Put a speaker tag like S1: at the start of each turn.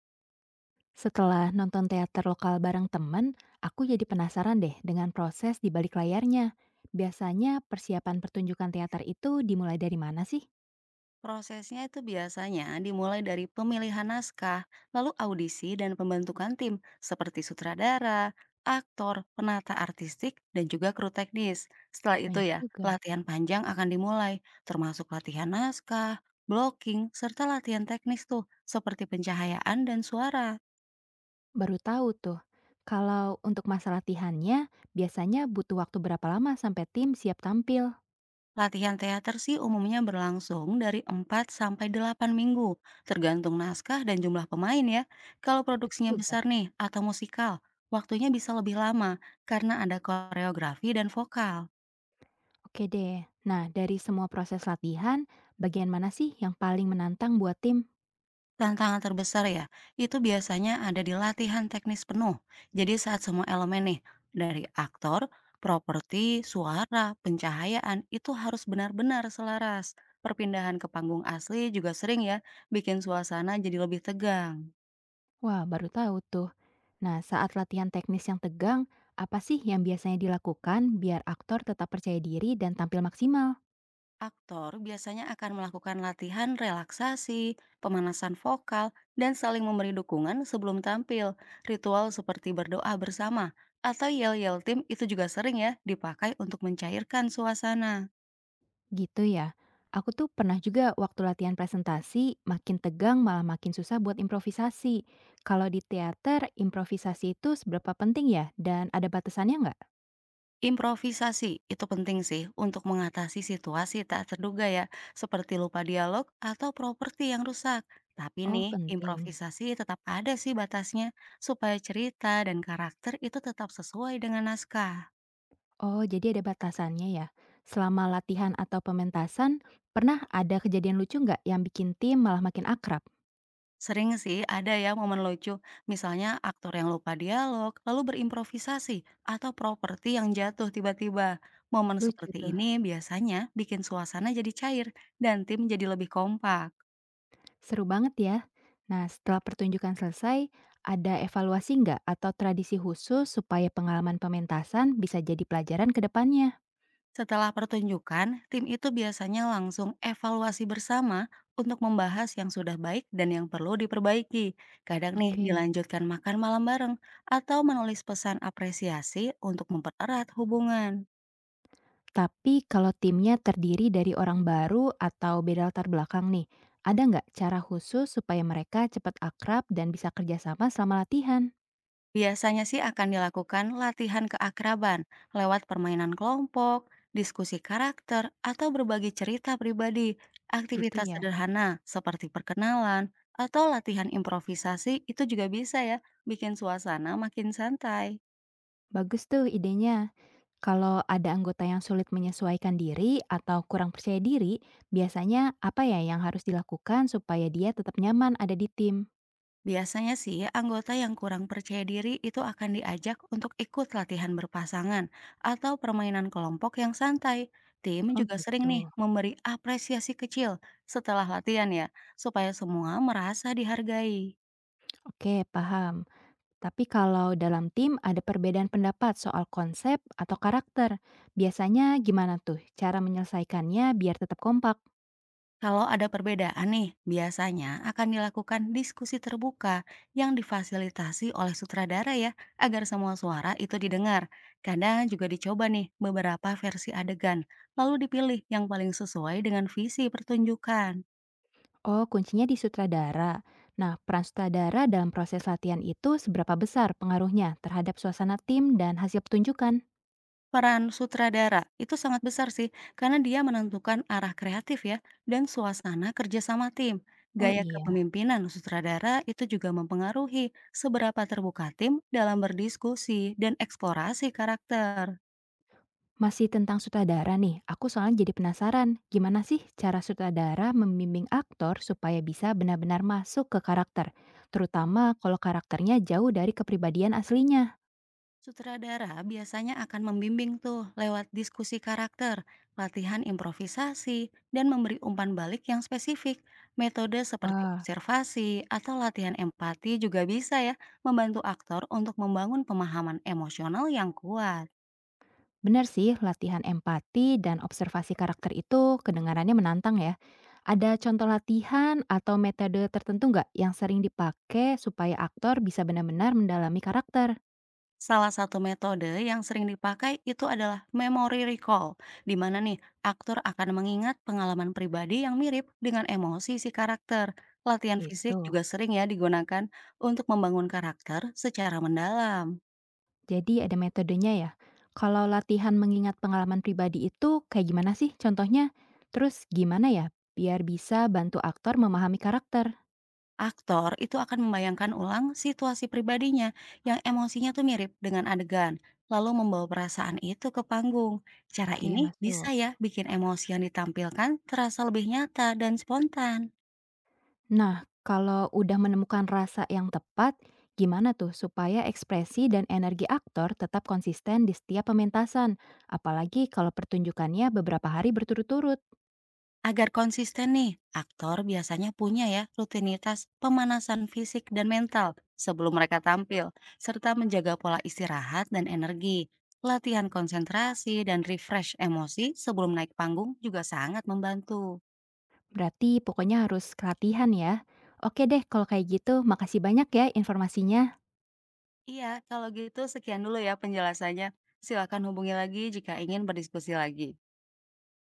S1: Setelah nonton teater lokal bareng temen, aku jadi penasaran deh dengan proses di balik layarnya. Biasanya persiapan pertunjukan teater itu dimulai dari mana sih?
S2: Prosesnya itu biasanya dimulai dari pemilihan naskah, lalu audisi dan pembentukan tim seperti sutradara, aktor, penata artistik, dan juga kru teknis. Setelah itu
S1: Banyak
S2: ya,
S1: juga.
S2: latihan panjang akan dimulai, termasuk latihan naskah, blocking, serta latihan teknis tuh, seperti pencahayaan dan suara.
S1: Baru tahu tuh. Kalau untuk masa latihannya, biasanya butuh waktu berapa lama sampai tim siap tampil?
S2: Latihan teater sih umumnya berlangsung dari 4 sampai 8 minggu, tergantung naskah dan jumlah pemain ya. Kalau
S1: Cepet
S2: produksinya
S1: juga.
S2: besar nih atau musikal, waktunya bisa lebih lama karena ada koreografi dan vokal.
S1: Oke deh. Nah, dari semua proses latihan, bagian mana sih yang paling menantang buat tim?
S2: Tantangan terbesar ya, itu biasanya ada di latihan teknis penuh. Jadi saat semua elemen nih, dari aktor, properti, suara, pencahayaan itu harus benar-benar selaras. Perpindahan ke panggung asli juga sering ya, bikin suasana jadi lebih tegang.
S1: Wah, baru tahu tuh. Nah, saat latihan teknis yang tegang, apa sih yang biasanya dilakukan biar aktor tetap percaya diri dan tampil maksimal?
S2: Aktor biasanya akan melakukan latihan relaksasi, pemanasan vokal, dan saling memberi dukungan sebelum tampil. Ritual seperti berdoa bersama atau yel-yel tim itu juga sering ya dipakai untuk mencairkan suasana.
S1: Gitu ya. Aku tuh pernah juga waktu latihan presentasi, makin tegang malah makin susah buat improvisasi. Kalau di teater, improvisasi itu seberapa penting ya? Dan ada batasannya nggak?
S2: Improvisasi itu penting sih untuk mengatasi situasi tak terduga ya, seperti lupa dialog atau properti yang rusak. Tapi
S1: Oh,
S2: nih,
S1: penting.
S2: improvisasi tetap ada sih batasnya, supaya cerita dan karakter itu tetap sesuai dengan naskah.
S1: Oh, jadi ada batasannya ya. Selama latihan atau pementasan, pernah ada kejadian lucu nggak yang bikin tim malah makin akrab?
S2: Sering sih ada ya momen lucu, misalnya aktor yang lupa dialog, lalu berimprovisasi, atau properti yang jatuh tiba-tiba. Momen
S1: Lucu
S2: seperti
S1: tuh.
S2: ini biasanya bikin suasana jadi cair dan tim jadi lebih kompak.
S1: Seru banget ya. Nah, setelah pertunjukan selesai, ada evaluasi nggak atau tradisi khusus supaya pengalaman pementasan bisa jadi pelajaran ke depannya?
S2: Setelah pertunjukan, tim itu biasanya langsung evaluasi bersama untuk membahas yang sudah baik dan yang perlu diperbaiki. Kadang nih
S1: Oke.
S2: dilanjutkan makan malam bareng atau menulis pesan apresiasi untuk mempererat hubungan.
S1: Tapi kalau timnya terdiri dari orang baru atau beda latar belakang nih, ada nggak cara khusus supaya mereka cepat akrab dan bisa kerjasama selama latihan?
S2: Biasanya sih akan dilakukan latihan keakraban lewat permainan kelompok, diskusi karakter, atau berbagi cerita pribadi.
S1: Gitu
S2: Aktivitas
S1: ya.
S2: sederhana seperti perkenalan atau latihan improvisasi itu juga bisa ya bikin suasana makin santai.
S1: Bagus tuh idenya. Kalau ada anggota yang sulit menyesuaikan diri atau kurang percaya diri, biasanya apa ya yang harus dilakukan supaya dia tetap nyaman ada di tim?
S2: Biasanya sih, anggota yang kurang percaya diri itu akan diajak untuk ikut latihan berpasangan atau permainan kelompok yang santai. Tim
S1: Oh
S2: juga sering nih
S1: gitu.
S2: memberi apresiasi kecil setelah latihan ya, supaya semua merasa dihargai.
S1: Oke, paham. Tapi kalau dalam tim ada perbedaan pendapat soal konsep atau karakter, biasanya gimana tuh cara menyelesaikannya biar tetap kompak?
S2: Kalau ada perbedaan nih, biasanya akan dilakukan diskusi terbuka yang difasilitasi oleh sutradara ya, agar semua suara itu didengar. Kadang juga dicoba nih beberapa versi adegan, lalu dipilih yang paling sesuai dengan visi pertunjukan.
S1: Oh, kuncinya di sutradara. Nah, peran sutradara dalam proses latihan itu seberapa besar pengaruhnya terhadap suasana tim dan hasil pertunjukan?
S2: Peran sutradara itu sangat besar sih, karena dia menentukan arah kreatif ya, dan suasana kerja sama tim.
S1: Oh
S2: Gaya
S1: iya.
S2: kepemimpinan sutradara itu juga mempengaruhi seberapa terbuka tim dalam berdiskusi dan eksplorasi karakter.
S1: Masih tentang sutradara nih, aku soalnya jadi penasaran, gimana sih cara sutradara membimbing aktor supaya bisa benar-benar masuk ke karakter, terutama kalau karakternya jauh dari kepribadian aslinya?
S2: Sutradara biasanya akan membimbing tuh lewat diskusi karakter, latihan improvisasi, dan memberi umpan balik yang spesifik. Metode seperti
S1: Wah,
S2: observasi atau latihan empati juga bisa ya membantu aktor untuk membangun pemahaman emosional yang kuat.
S1: benar sih latihan empati dan observasi karakter itu kedengarannya menantang ya. Ada contoh latihan atau metode tertentu nggak yang sering dipakai supaya aktor bisa benar-benar mendalami karakter?
S2: Salah satu metode yang sering dipakai itu adalah memory recall, di mana nih aktor akan mengingat pengalaman pribadi yang mirip dengan emosi si karakter. Latihan
S1: Gitu.
S2: fisik juga sering ya digunakan untuk membangun karakter secara mendalam.
S1: Jadi ada metodenya ya? Kalau latihan mengingat pengalaman pribadi itu kayak gimana sih contohnya? Terus gimana ya biar bisa bantu aktor memahami karakter?
S2: Aktor itu akan membayangkan ulang situasi pribadinya yang emosinya tuh mirip dengan adegan, lalu membawa perasaan itu ke panggung. Cara
S1: Oke,
S2: ini bisa
S1: masuk.
S2: ya bikin emosi yang ditampilkan terasa lebih nyata dan spontan.
S1: Nah, kalau udah menemukan rasa yang tepat, gimana tuh supaya ekspresi dan energi aktor tetap konsisten di setiap pementasan? Apalagi kalau pertunjukannya beberapa hari berturut-turut.
S2: Agar konsisten nih, aktor biasanya punya ya rutinitas pemanasan fisik dan mental sebelum mereka tampil, serta menjaga pola istirahat dan energi. Latihan konsentrasi dan refresh emosi sebelum naik panggung juga sangat membantu.
S1: Berarti pokoknya harus latihan ya. Oke deh, kalau kayak gitu, makasih banyak ya informasinya.
S2: Iya, kalau gitu sekian dulu ya penjelasannya. Silakan hubungi lagi jika ingin berdiskusi lagi.